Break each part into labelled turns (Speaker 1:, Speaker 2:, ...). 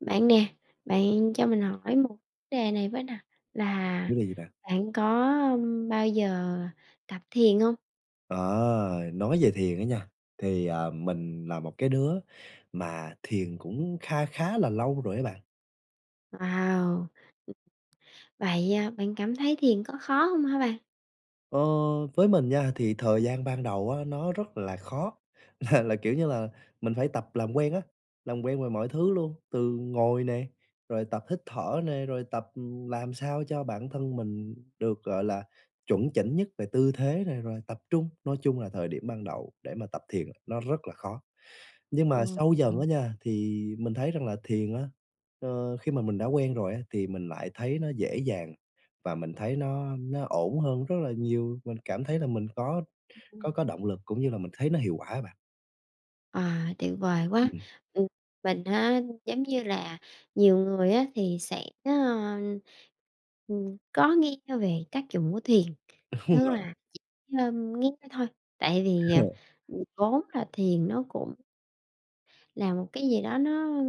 Speaker 1: Bạn nè, bạn cho mình hỏi một vấn đề này với nè, là
Speaker 2: Chủ đề gì bạn?
Speaker 1: bạn có, bao giờ tập thiền không?
Speaker 2: Ờ, nói về thiền á nha, thì, mình là một cái đứa mà thiền cũng kha khá là lâu rồi các bạn.
Speaker 1: Wow! Vậy, bạn cảm thấy thiền có khó không hả bạn?
Speaker 2: Ờ, với mình nha, thì thời gian ban đầu á, nó rất là khó, là, kiểu như là, mình phải tập làm quen á, làm quen về mọi thứ luôn, từ ngồi nè, rồi tập hít thở nè, rồi tập, làm sao cho bản thân mình được, gọi là, chuẩn chỉnh nhất về tư thế này, rồi tập trung. Nói chung là thời điểm ban đầu để mà tập thiền nó rất là khó. Nhưng
Speaker 1: Ờ,
Speaker 2: mà sâu dần á nha, thì mình thấy rằng là thiền á, khi mà mình đã quen rồi á, thì mình lại thấy nó dễ dàng và mình thấy nó ổn hơn rất là nhiều. Mình cảm thấy là mình có có
Speaker 1: ừm.
Speaker 2: có động lực cũng như là mình thấy nó hiệu quả á bạn.
Speaker 1: À, tuyệt vời quá!
Speaker 2: Ừm,
Speaker 1: Ừm, mình á, giống như là, nhiều người á thì sẽ, có nghe về tác dụng của thiền,
Speaker 2: đúng
Speaker 1: tức
Speaker 2: rồi,
Speaker 1: là chỉ, nghe thôi, tại vì, à, vốn là thiền nó cũng làm một cái gì đó nó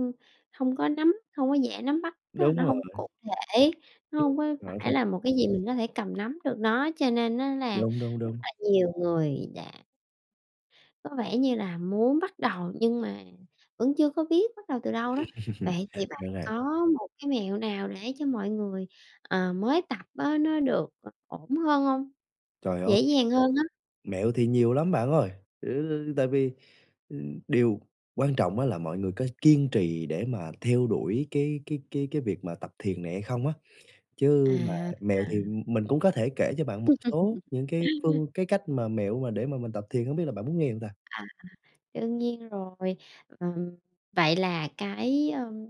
Speaker 1: không có dễ nắm bắt, tức là nó
Speaker 2: đúng rồi,
Speaker 1: không cụ thể, nó không có
Speaker 2: rõ
Speaker 1: phải
Speaker 2: ràng,
Speaker 1: là một cái gì mình có thể cầm nắm được nó, cho nên nó là
Speaker 2: đúng, đúng,
Speaker 1: rất
Speaker 2: đúng.
Speaker 1: là nhiều người đã có vẻ như là muốn bắt đầu nhưng mà vẫn chưa có biết bắt đầu từ đâu đó. Vậy thì bạn
Speaker 2: Rõ ràng.
Speaker 1: có một cái mẹo nào để cho mọi người, ờ, mới tập á nó được, ờ, ổn hơn không?
Speaker 2: Trời ơi,
Speaker 1: Dễ dàng hơn á?
Speaker 2: mẹo thì nhiều lắm bạn ơi, ừ, tại vì, điều quan trọng á là mọi người có kiên trì để mà theo đuổi cái việc mà tập thiền này hay không á. Chứ mà
Speaker 1: À,
Speaker 2: mẹo thì mình cũng có thể kể cho bạn một số những cái
Speaker 1: à.
Speaker 2: phương cái cách mà mẹo mà để mà mình tập thiền, hông biết là bạn muốn nghe hông ta?
Speaker 1: Đương nhiên rồi. Ừm, vậy là cái,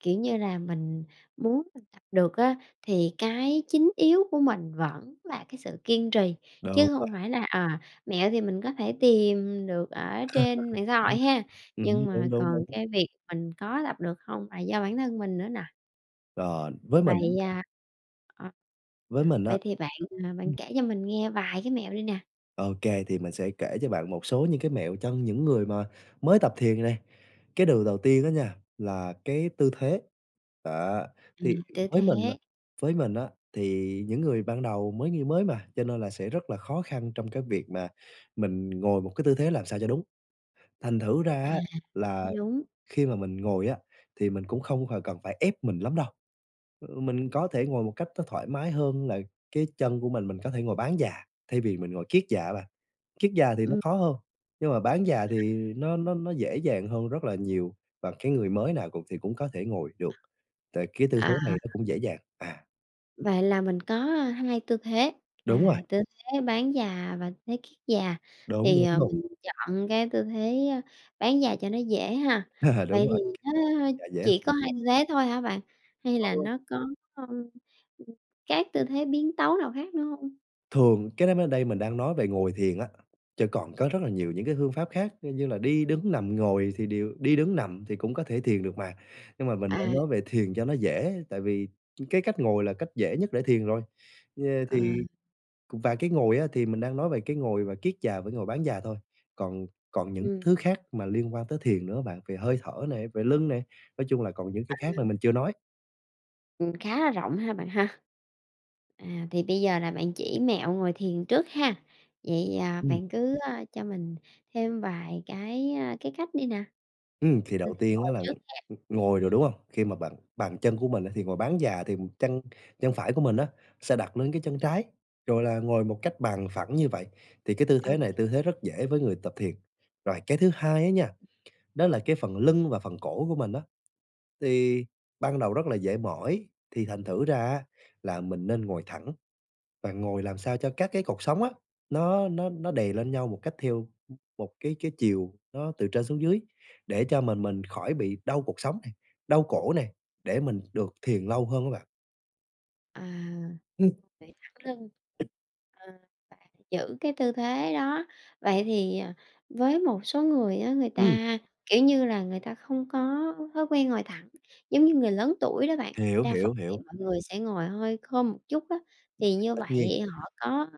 Speaker 1: kiểu như là, mình muốn mình tập được á, thì cái chính yếu của mình vẫn là cái sự kiên trì,
Speaker 2: Đúng
Speaker 1: chứ
Speaker 2: rồi.
Speaker 1: không phải là, à, mẹo thì mình có thể tìm được ở trên mạng xã hội ha, nhưng
Speaker 2: Ừm. Đúng,
Speaker 1: mà
Speaker 2: đúng, đúng.
Speaker 1: còn cái việc mình có tập được không là do bản thân mình nữa nè.
Speaker 2: Rồi, với mình á
Speaker 1: Vậy,
Speaker 2: nha,
Speaker 1: à, ờ,
Speaker 2: với mình á
Speaker 1: vậy thì bạn
Speaker 2: ừm,
Speaker 1: kể cho mình nghe vài cái mẹo đi nè.
Speaker 2: ô kê, thì mình sẽ kể cho bạn một số những cái mẹo cho những người mà mới tập thiền này. Cái điều đầu tiên á nha, là cái tư thế, đó,
Speaker 1: À,
Speaker 2: thì
Speaker 1: tư
Speaker 2: với mình á,
Speaker 1: thế,
Speaker 2: thì những người ban đầu mới như mới mà, cho nên là sẽ rất là khó khăn trong cái việc mà mình ngồi một cái tư thế làm sao cho đúng. Thành thử ra
Speaker 1: à,
Speaker 2: á là
Speaker 1: đúng,
Speaker 2: khi mà mình ngồi á, thì mình cũng không phải cần phải ép mình lắm đâu, ừ, mình có thể ngồi một cách nó thoải mái hơn là cái chân của mình có thể ngồi bán già thay vì mình ngồi kiết già á bạn. Kiết già thì nó
Speaker 1: ừm.
Speaker 2: khó hơn, nhưng mà bán già thì nó dễ dàng hơn rất là nhiều và cái người mới nào cũng thì cũng có thể ngồi được, tại cái tư
Speaker 1: À.
Speaker 2: thế này nó cũng dễ dàng. À,
Speaker 1: Vậy là mình có 2 tư thế
Speaker 2: đúng rồi,
Speaker 1: là tư thế bán già và tư thế kiết già,
Speaker 2: đúng,
Speaker 1: thì,
Speaker 2: đúng
Speaker 1: ờ,
Speaker 2: luôn,
Speaker 1: mình chọn cái tư thế, a, bán già cho nó dễ ha. Vậy
Speaker 2: đúng
Speaker 1: thì
Speaker 2: rồi,
Speaker 1: nó
Speaker 2: dạ, dễ hơn
Speaker 1: chỉ có 2 tư thế thôi hả bạn? Hay là
Speaker 2: nhiều.
Speaker 1: nó có, ưm, ừm, các tư thế biến tấu nào khác nữa hông?
Speaker 2: Thường cái đó đây mình đang nói về ngồi thiền á, chứ còn có rất là nhiều những cái phương pháp khác như là đi, đứng, nằm, ngồi thì đều đi, đứng, nằm thì cũng có thể thiền được mà. Nhưng mà mình đang
Speaker 1: À,
Speaker 2: nói về thiền cho nó dễ, tại vì cái cách ngồi là cách dễ nhất để thiền rồi. Ờ,
Speaker 1: ờ,
Speaker 2: thì và cái ngồi á thì mình đang nói về cái ngồi và kiết già với ngồi bán già thôi, còn còn những cái
Speaker 1: ừm,
Speaker 2: thứ khác mà liên quan tới thiền nữa bạn, về hơi thở này về lưng này nói chung là còn những cái khác là mình chưa nói.
Speaker 1: khá là rộng ha bạn ha. À, thì bây giờ là bạn chỉ mẹo ngồi thiền trước ha. Vậy, à,
Speaker 2: Ừm.
Speaker 1: bạn cứ, a, cho mình thêm vài cái, a, cái cách đi nè,
Speaker 2: Thì
Speaker 1: tư
Speaker 2: đầu
Speaker 1: thế
Speaker 2: tiên á
Speaker 1: ngồi
Speaker 2: là,
Speaker 1: trước.
Speaker 2: ngồi
Speaker 1: Ừm.
Speaker 2: rồi, đúng hông? Khi mà bàn bàn chân của mình á thì ngồi bán già thì chân chân phải của mình á sẽ đặt lên cái chân trái, rồi là ngồi một cách bằng phẳng như vậy, thì cái tư
Speaker 1: Ờ,
Speaker 2: thế này tư thế rất dễ với người tập thiền. Rồi cái thứ hai á nha, đó là cái phần lưng và phần cổ của mình á, thì ban đầu rất là dễ mỏi, thì thành thử ra á là mình nên ngồi thẳng và ngồi làm sao cho các cái cột sống á, nó đè lên nhau một cách theo một cái chiều nó từ trên xuống dưới, để cho mình khỏi bị đau cột sống này đau cổ này để mình được thiền lâu hơn các bạn.
Speaker 1: à,
Speaker 2: Ừm,
Speaker 1: vậy thẳng lưng. Ờ, bạn giữ cái tư thế đó. Vậy thì, à, với một số người á, người
Speaker 2: ừm,
Speaker 1: ta, kiểu như là, người ta không có thói quen ngồi thẳng, giống như người lớn tuổi đó bạn,
Speaker 2: hiểu,
Speaker 1: đa phần
Speaker 2: hiểu,
Speaker 1: thì
Speaker 2: hiểu.
Speaker 1: mọi người sẽ ngồi hơi khom một chút á, thì như
Speaker 2: Tất nhiên.
Speaker 1: vậy họ có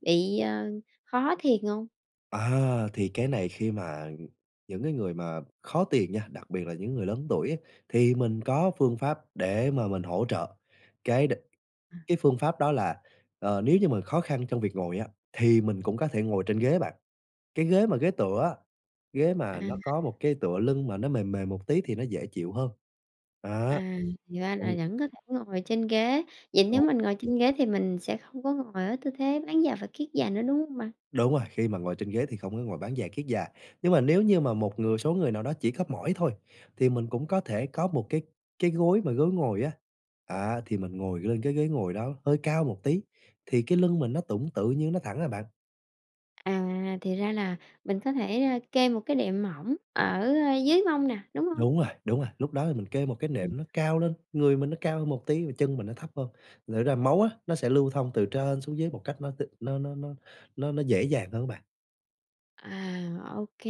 Speaker 1: bị, ờ, khó thiệt không?
Speaker 2: À, thì cái này khi mà những cái người mà khó tiền nha, đặc biệt là những người lớn tuổi á, thì mình có phương pháp để mà mình hỗ trợ. Cái đ cái phương pháp đó là, nếu như mình khó khăn trong việc ngồi á, thì mình cũng có thể ngồi trên ghế bạn. Cái ghế mà ghế tựa á, ghế
Speaker 1: À,
Speaker 2: mà nó có một cái tựa lưng mà nó mềm mềm một tí thì nó dễ chịu hơn. Á,
Speaker 1: à, thì ra là
Speaker 2: đúng,
Speaker 1: vẫn có thể ngồi trên ghế, vậy nếu
Speaker 2: đúng,
Speaker 1: mình ngồi trên ghế thì mình sẽ không có ngồi ở tư thế bán dạo và kiết già nữa, đúng không bạn?
Speaker 2: đúng rồi, khi mà ngồi trên ghế thì không có ngồi bán già kiết già. Nhưng mà nếu như mà một người số người nào đó chỉ có mỏi thôi, thì mình cũng có thể có một cái gối mà gối ngồi á, à, thì mình ngồi lên cái ghế ngồi đó hơi cao một tí, thì cái lưng mình nó cũng tự nhiên nó thẳng à bạn.
Speaker 1: À, thì ra là mình có thể, a, kê một cái đệm mỏng ở, a, dưới mông nè, đúng không?
Speaker 2: Đúng rồi, lúc đó thì mình kê một cái nệm
Speaker 1: Ừm.
Speaker 2: nó cao lên, người mình nó cao hơn một tí và chân mình nó thấp hơn, để ra máu á, nó sẽ lưu thông từ trên xuống dưới một cách nó t nó dễ dàng hơn các bạn.
Speaker 1: À, ok,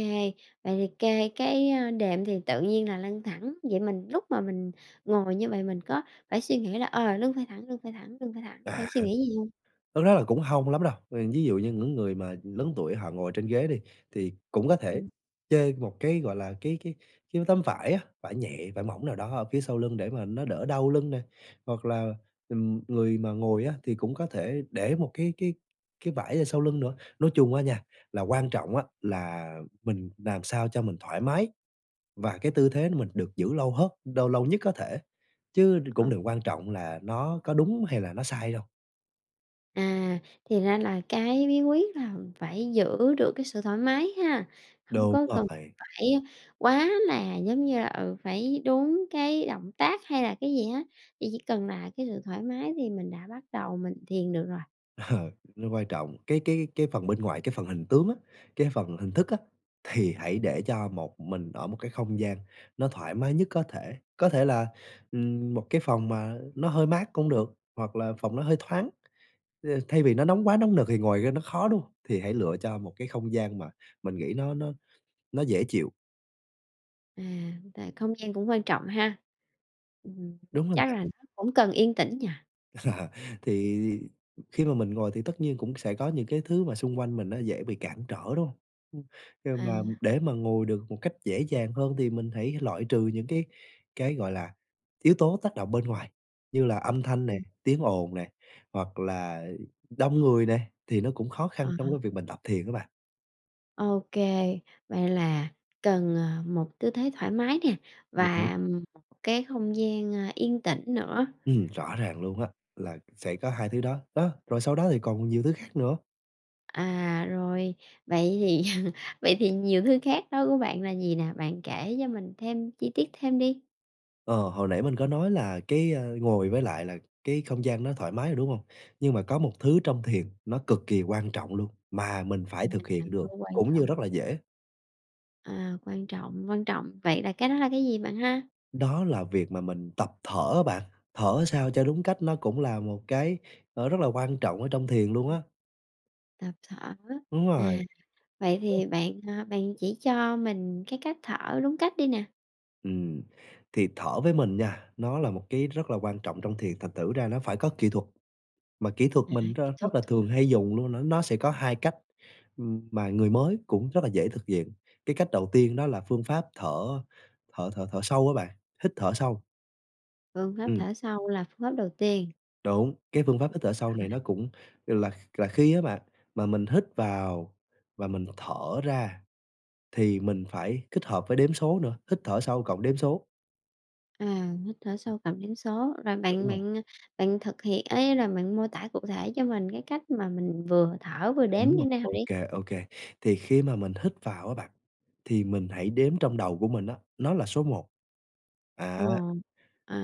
Speaker 1: vậy thì kê cái, a, đệm thì tự nhiên là lưng thẳng, vậy mình lúc mà mình ngồi như vậy mình có phải suy nghĩ là, ờ, lưng phải thẳng, lưng phải thẳng, lưng phải thẳng, phải suy
Speaker 2: À.
Speaker 1: nghĩ gì hông?
Speaker 2: Thực ra là cũng hông lắm đâu, ừ, ví dụ như những người mà lớn tuổi họ ngồi trên ghế đi, thì cũng có thể
Speaker 1: Ừm.
Speaker 2: kê một cái, gọi là, cái tấm vải á, vải nhẹ, vải mỏng nào đó ở phía sau lưng để mà nó đỡ đau lưng nè. Hoặc là, người mà ngồi á, thì cũng có thể để một cái cái vải ở sau lưng nữa. Nói chung á nha, là quan trọng á là mình làm sao cho mình thoải mái và cái tư thế mình được giữ lâu hết lâu lâu nhất có thể, chứ cũng đừng quan trọng là nó có đúng hay là nó sai đâu.
Speaker 1: À, thì ra là cái bí quyết là phải giữ được cái sự thoải mái ha, không
Speaker 2: Đúng
Speaker 1: có cần
Speaker 2: rồi.
Speaker 1: phải quá là, giống như là, ừ, phải đúng cái động tác hay là cái gì hết, chỉ cần là cái sự thoải mái thì mình đã bắt đầu mình thiền được rồi.
Speaker 2: Ờ, nó quan trọng. Cái phần bên ngoài, cái phần hình tướng á, cái phần hình thức á, thì hãy để cho một mình ở một cái không gian nó thoải mái nhất có thể. Có thể là, một cái phòng mà nó hơi mát cũng được, hoặc là phòng nó hơi thoáng. Ờ, thay vì nó nóng quá, nóng nực thì ngồi ra nó khó, đúng hông? Thì hãy lựa cho một cái không gian mà mình nghĩ nó dễ chịu,
Speaker 1: À, tại không gian cũng quan trọng ha. Ừm,
Speaker 2: đúng không?
Speaker 1: chắc là nó cũng cần yên tĩnh nhỉ?
Speaker 2: À, thì khi mà mình ngồi thì tất nhiên cũng sẽ có những cái thứ mà xung quanh mình nó dễ bị cản trở, đúng không? Ừm, nhưng mà
Speaker 1: À,
Speaker 2: để mà ngồi được một cách dễ dàng hơn thì mình hãy loại trừ những cái, gọi là, yếu tố tác động bên ngoài, như là âm thanh nè,
Speaker 1: ừm,
Speaker 2: tiếng ồn nè, hoặc là đông người nè, thì nó cũng khó
Speaker 1: ờ,
Speaker 2: khăn trong cái việc mình tập thiền các bạn.
Speaker 1: ô, vậy là cần, ờ, một tư thế thoải mái nè
Speaker 2: Đúng.
Speaker 1: và một cái không gian, a, yên tĩnh nữa.
Speaker 2: Rõ ràng luôn á, là sẽ có hai thứ đó, đó, rồi sau đó thì còn nhiều thứ khác nữa.
Speaker 1: À, rồi, vậy thì vậy thì nhiều thứ khác đó của bạn là gì nè? Bạn kể cho mình thêm chi tiết thêm đi.
Speaker 2: Ờ, hồi nãy mình có nói là cái, ngồi với lại là cái không gian nó thoải mái rồi, đúng không? Nhưng mà có một thứ trong thiền nó cực kỳ quan trọng luôn, mà mình phải thực
Speaker 1: À,
Speaker 2: hiện được,
Speaker 1: vô quan
Speaker 2: cũng như
Speaker 1: trọng,
Speaker 2: rất là dễ,
Speaker 1: à, quan trọng, vậy là cái đó là cái gì bạn ha?
Speaker 2: đó là việc mà mình tập thở á bạn. Thở sao cho đúng cách nó cũng là một cái, rất là quan trọng ở trong thiền luôn á.
Speaker 1: Tập thở.
Speaker 2: Đúng rồi,
Speaker 1: À, vậy thì bạn chỉ cho mình cái cách thở đúng cách đi nè.
Speaker 2: ừm, thì thở với mình nha, nó là một cái rất là quan trọng trong thiền, thành thử ra nó phải có kỹ thuật. Mà kỹ thuật
Speaker 1: À,
Speaker 2: mình
Speaker 1: kỹ thuật,
Speaker 2: rất là thường hay dùng luôn, nó sẽ có 2 cách, mà người mới cũng rất là dễ thực hiện. Cái cách đầu tiên đó là phương pháp thở thở thở thở sâu á bạn, hít thở sâu.
Speaker 1: phương pháp
Speaker 2: Ừm,
Speaker 1: thở sâu là phương pháp đầu tiên.
Speaker 2: đúng, cái phương pháp hít thở sâu
Speaker 1: Rồi,
Speaker 2: này nó cũng là là khi á bạn, mà mình hít vào và mình thở ra thì mình phải kết hợp với đếm số nữa, hít thở sâu cộng đếm số.
Speaker 1: à, hít thở sâu cảm đến số, rồi
Speaker 2: Đúng
Speaker 1: bạn
Speaker 2: rồi,
Speaker 1: bạn à, bạn thực hiện ấy là bạn mô tả cụ thể cho mình cái cách mà mình vừa thở vừa đếm như
Speaker 2: đúng
Speaker 1: thế
Speaker 2: rồi,
Speaker 1: nào đi.
Speaker 2: ok, ok. Thì khi mà mình hít vào á bạn, thì mình hãy đếm trong đầu của mình á, nó là số một. À.
Speaker 1: Một.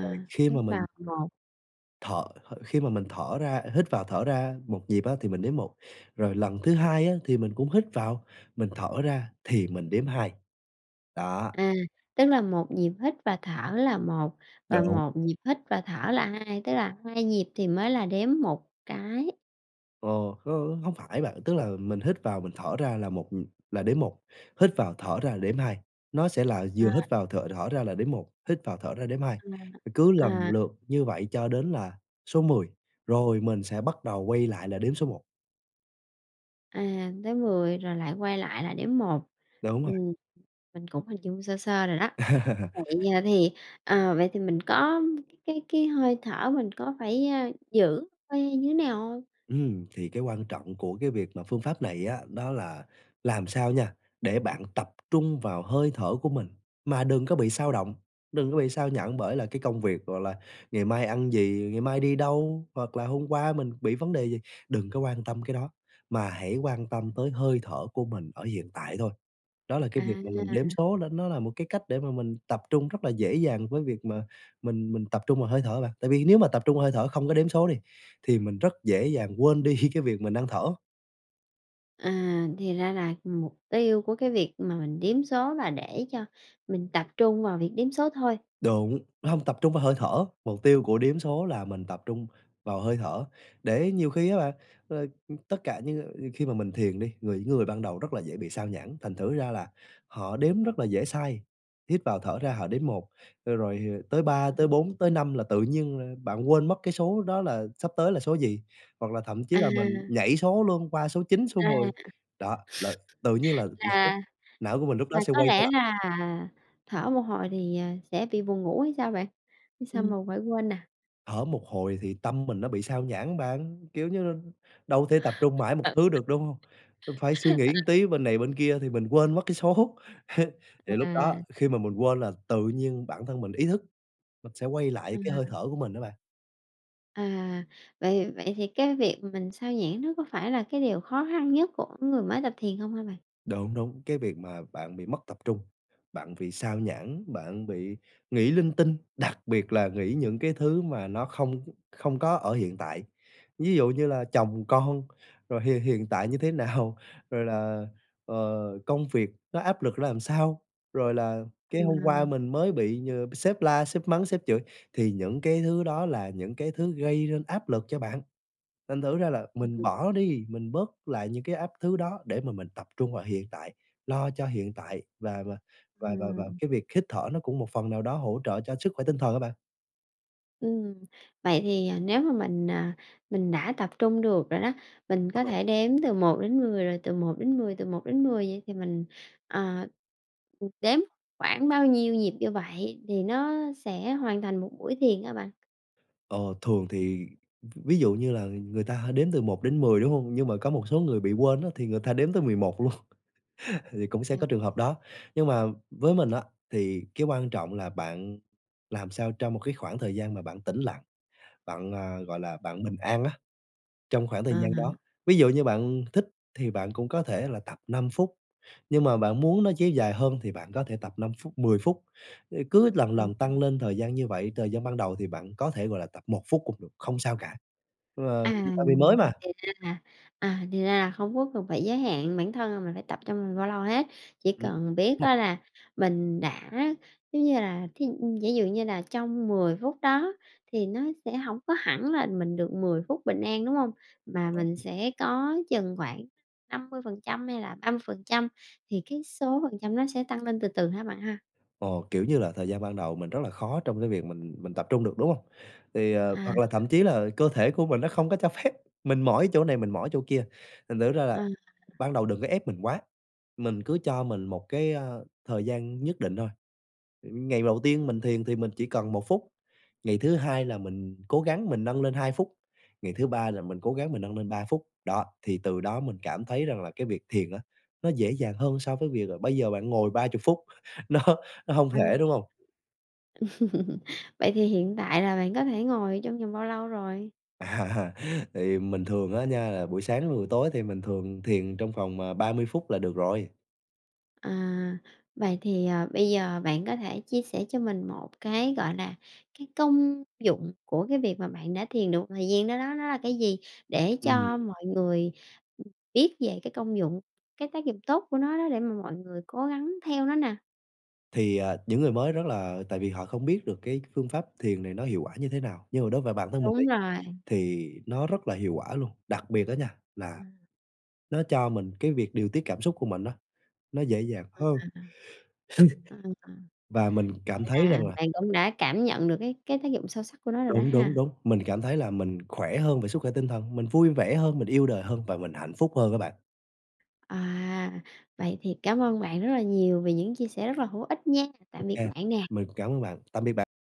Speaker 2: Và khi
Speaker 1: hít
Speaker 2: mà
Speaker 1: vào
Speaker 2: mình
Speaker 1: một.
Speaker 2: thở khi mà mình thở ra hít vào thở ra một nhịp á, thì mình đếm một, rồi lần thứ 2 á, thì mình cũng hít vào, mình thở ra thì mình đếm hai. Đó.
Speaker 1: À, tức là một nhịp hít và thở là một và
Speaker 2: Đúng.
Speaker 1: một nhịp hít và thở là 2 tức là 2 nhịp thì mới là đếm một cái.
Speaker 2: Ờ, không hông phải bạn, tức là mình hít vào mình thở ra là một, là đếm một. Hít vào thở ra là đếm hai, nó sẽ là
Speaker 1: À,
Speaker 2: vừa hít vào thở thở ra là đếm một, hít vào thở ra đếm hai, cứ lần
Speaker 1: à,
Speaker 2: lượt như vậy cho đến là số 10, rồi mình sẽ bắt đầu quay lại là đếm số một.
Speaker 1: à, tới 10 rồi lại quay lại là đếm một.
Speaker 2: Đúng rồi.
Speaker 1: Ừm, mình cũng hình dung sơ sơ rồi đó. Vậy, à, thì, ờ, vậy thì mình có cái hơi thở mình có phải, a, giữ hơi như thế nào hông?
Speaker 2: Thì cái quan trọng của cái việc mà phương pháp này á, đó là làm sao nha, để bạn tập trung vào hơi thở của mình, mà đừng có bị xao động, đừng có bị sao nhãng bởi là cái công việc, gọi là, ngày mai ăn gì, ngày mai đi đâu, hoặc là hôm qua mình bị vấn đề gì, đừng có quan tâm cái đó, mà hãy quan tâm tới hơi thở của mình ở hiện tại thôi. Đó là cái việc mà mình
Speaker 1: À.
Speaker 2: đếm số nó là một cái cách để mà mình tập trung rất là dễ dàng với việc mà mình tập trung vào hơi thở bạn. Tại vì nếu mà tập trung vào hơi thở không có đếm số đi, thì mình rất dễ dàng quên đi cái việc mình đang thở.
Speaker 1: À, thì ra là mục tiêu của cái việc mà mình đếm số là để cho mình tập trung vào việc đếm số thôi.
Speaker 2: Đúng, không tập trung vào hơi thở, mục tiêu của đếm số là mình tập trung vào hơi thở. Để nhiều khi á bạn, ờ, tất cả những khi mà mình thiền đi, những người ban đầu rất là dễ bị sao nhãng, thành thử ra là họ đếm rất là dễ sai, hít vào thở ra họ đếm một, rồi tới ba
Speaker 1: Ừm.
Speaker 2: tới 4 tới 5 là tự nhiên, bạn quên mất cái số đó là sắp tới là số gì, hoặc là thậm chí
Speaker 1: À,
Speaker 2: là mình nhảy số luôn qua số 9 số 10.
Speaker 1: à,
Speaker 2: Đó, là tự nhiên là não
Speaker 1: là
Speaker 2: não của mình lúc
Speaker 1: là
Speaker 2: đó sẽ
Speaker 1: có
Speaker 2: quay trở
Speaker 1: lẽ
Speaker 2: lại.
Speaker 1: là thở một hồi thì, à, sẽ bị buồn ngủ hay sao bạn? Hay sao mà phải quên nè?
Speaker 2: Thở một hồi thì tâm mình nó bị sao nhãng bạn, kiểu như, là đâu thể tập trung mãi một
Speaker 1: Ừ.
Speaker 2: thứ được, đúng hông? Phải suy nghĩ một tí bên này bên kia thì mình quên mất cái số. Thì lúc đó
Speaker 1: À,
Speaker 2: khi mà mình quên là tự nhiên bản thân mình ý thức, mình sẽ quay lại cái hơi
Speaker 1: à,
Speaker 2: thở của mình đó bạn.
Speaker 1: à, vậy vậy thì cái việc mình sao nhãng nó có phải là cái điều khó khăn nhất của người mới tập thiền không hả bạn?
Speaker 2: Đúng, đúng, cái việc mà bạn bị mất tập trung, bạn bị sao nhãng, bạn bị nghĩ linh tinh, đặc biệt là nghĩ những cái thứ mà nó không không có ở hiện tại. Ví dụ như là chồng con, rồi hiện hiện tại như thế nào, rồi là, ờ, công việc nó áp lực ra làm sao, rồi là cái
Speaker 1: Ờ,
Speaker 2: hôm qua mình mới bị nhờ sếp la, sếp mắng, sếp chửi, thì những cái thứ đó là những cái thứ gây nên áp lực cho bạn. Thành thử ra là mình
Speaker 1: ừm.
Speaker 2: bỏ đi, mình bớt lại những cái áp thứ đó để mà mình tập trung vào hiện tại, lo cho hiện tại và
Speaker 1: Ừm.
Speaker 2: cái việc hít thở nó cũng một phần nào đó hỗ trợ cho sức khỏe tinh thần á bạn.
Speaker 1: Ừm, vậy thì, à, nếu mà mình, à, mình đã tập trung được rồi đó, mình có
Speaker 2: Ờ,
Speaker 1: thể đếm từ 1 đến 10 rồi từ 1 đến 10 từ một đến 10 vậy thì mình, ờ, đếm khoảng bao nhiêu nhịp như vậy thì nó sẽ hoàn thành một buổi thiền các bạn?
Speaker 2: ờ, thường thì ví dụ như là người ta đếm từ 1 đến 10, đúng không? Nhưng mà có một số người bị quên á, thì người ta đếm tới 11 luôn, thì cũng sẽ
Speaker 1: À,
Speaker 2: có trường hợp đó. Nhưng mà với mình á, thì cái quan trọng là bạn làm sao trong một cái khoảng thời gian mà bạn tĩnh lặng, bạn, à, gọi là, bạn bình an á. Trong khoảng thời
Speaker 1: à,
Speaker 2: gian đó, ví dụ như bạn thích thì bạn cũng có thể là tập 5 phút, nhưng mà bạn muốn nó kéo dài hơn thì bạn có thể tập 5 phút, 10 phút, cứ lần lần
Speaker 1: à.
Speaker 2: tăng lên thời gian như vậy. Thời gian ban đầu thì bạn có thể, gọi là, tập 1 phút cũng được, không sao cả, vì
Speaker 1: À.
Speaker 2: tại vì mới mà.
Speaker 1: À, à, thì ra là không có cần phải giới hạn bản thân là mình phải tập trong mình bao lâu hết, chỉ
Speaker 2: Ừm,
Speaker 1: cần
Speaker 2: đúng
Speaker 1: biết
Speaker 2: rồi,
Speaker 1: á là mình đã giống như là, thí giả dụ như là trong 10 phút đó thì nó sẽ không có hẳn là mình được 10 phút bình an, đúng không? Mà mình
Speaker 2: đúng.
Speaker 1: sẽ có chừng khoảng 50% hay là 30% thì cái số phần trăm nó sẽ tăng lên từ từ hả bạn ha?
Speaker 2: Ồ, kiểu như là, thời gian ban đầu mình rất là khó trong cái việc mình tập trung được, đúng hông? Thì,
Speaker 1: À,
Speaker 2: hoặc là thậm chí là cơ thể của mình nó không có cho phép, mình mỏi chỗ này, mình mỏi chỗ kia, thành thử ra là
Speaker 1: à,
Speaker 2: ban đầu đừng có ép mình quá, mình cứ cho mình một cái, thời gian nhất định thôi. Ngày đầu tiên mình thiền thì mình chỉ cần 1 phút, ngày thứ hai là mình cố gắng mình nâng lên 2 phút, ngày thứ ba là mình cố gắng mình nâng lên 3 phút. Đó, thì từ đó mình cảm thấy rằng là cái việc thiền á, nó dễ dàng hơn so với việc là bây giờ bạn ngồi 30 phút, nó nó không
Speaker 1: à.
Speaker 2: thể, đúng không?
Speaker 1: Vậy thì hiện tại là bạn có thể ngồi trong vòng bao lâu rồi?
Speaker 2: À, thì mình thường á nha, là buổi sáng với buổi tối thì mình thường thiền trong vòng, à, 30 phút là được rồi.
Speaker 1: À, vậy thì, à, bây giờ bạn có thể chia sẻ cho mình một cái, gọi là, cái công dụng của cái việc mà bạn đã thiền được một thời gian đó đó, nó là cái gì? Để
Speaker 2: Ừm.
Speaker 1: cho mọi người biết về cái công dụng, cái tác dụng tốt của nó đó để mà mọi người cố gắng theo nó nè.
Speaker 2: Thì, à, những người mới rất là tại vì họ không biết được cái phương pháp thiền này nó hiệu quả như thế nào, nhưng mà đối với bản thân mình đi,
Speaker 1: Đúng rồi,
Speaker 2: thì nó rất là hiệu quả luôn. Đặc biệt đó nha, là nó cho mình cái việc điều tiết cảm xúc của mình đó nó dễ dàng hơn
Speaker 1: ờ, ờ,
Speaker 2: và mình cảm thấy
Speaker 1: là
Speaker 2: rằng là
Speaker 1: bạn cũng đã cảm nhận được cái tác dụng sâu sắc của nó rồi đó
Speaker 2: đúng, đúng,
Speaker 1: ha.
Speaker 2: đúng, mình cảm thấy là mình khỏe hơn về sức khỏe tinh thần, mình vui vẻ hơn, mình yêu đời hơn và mình hạnh phúc hơn các bạn.
Speaker 1: À, vậy thì cảm ơn bạn rất là nhiều vì những chia sẻ rất là hữu ích nha. Tạm biệt
Speaker 2: OK,
Speaker 1: bạn nè.
Speaker 2: mình cảm ơn bạn. Tạm biệt bạn.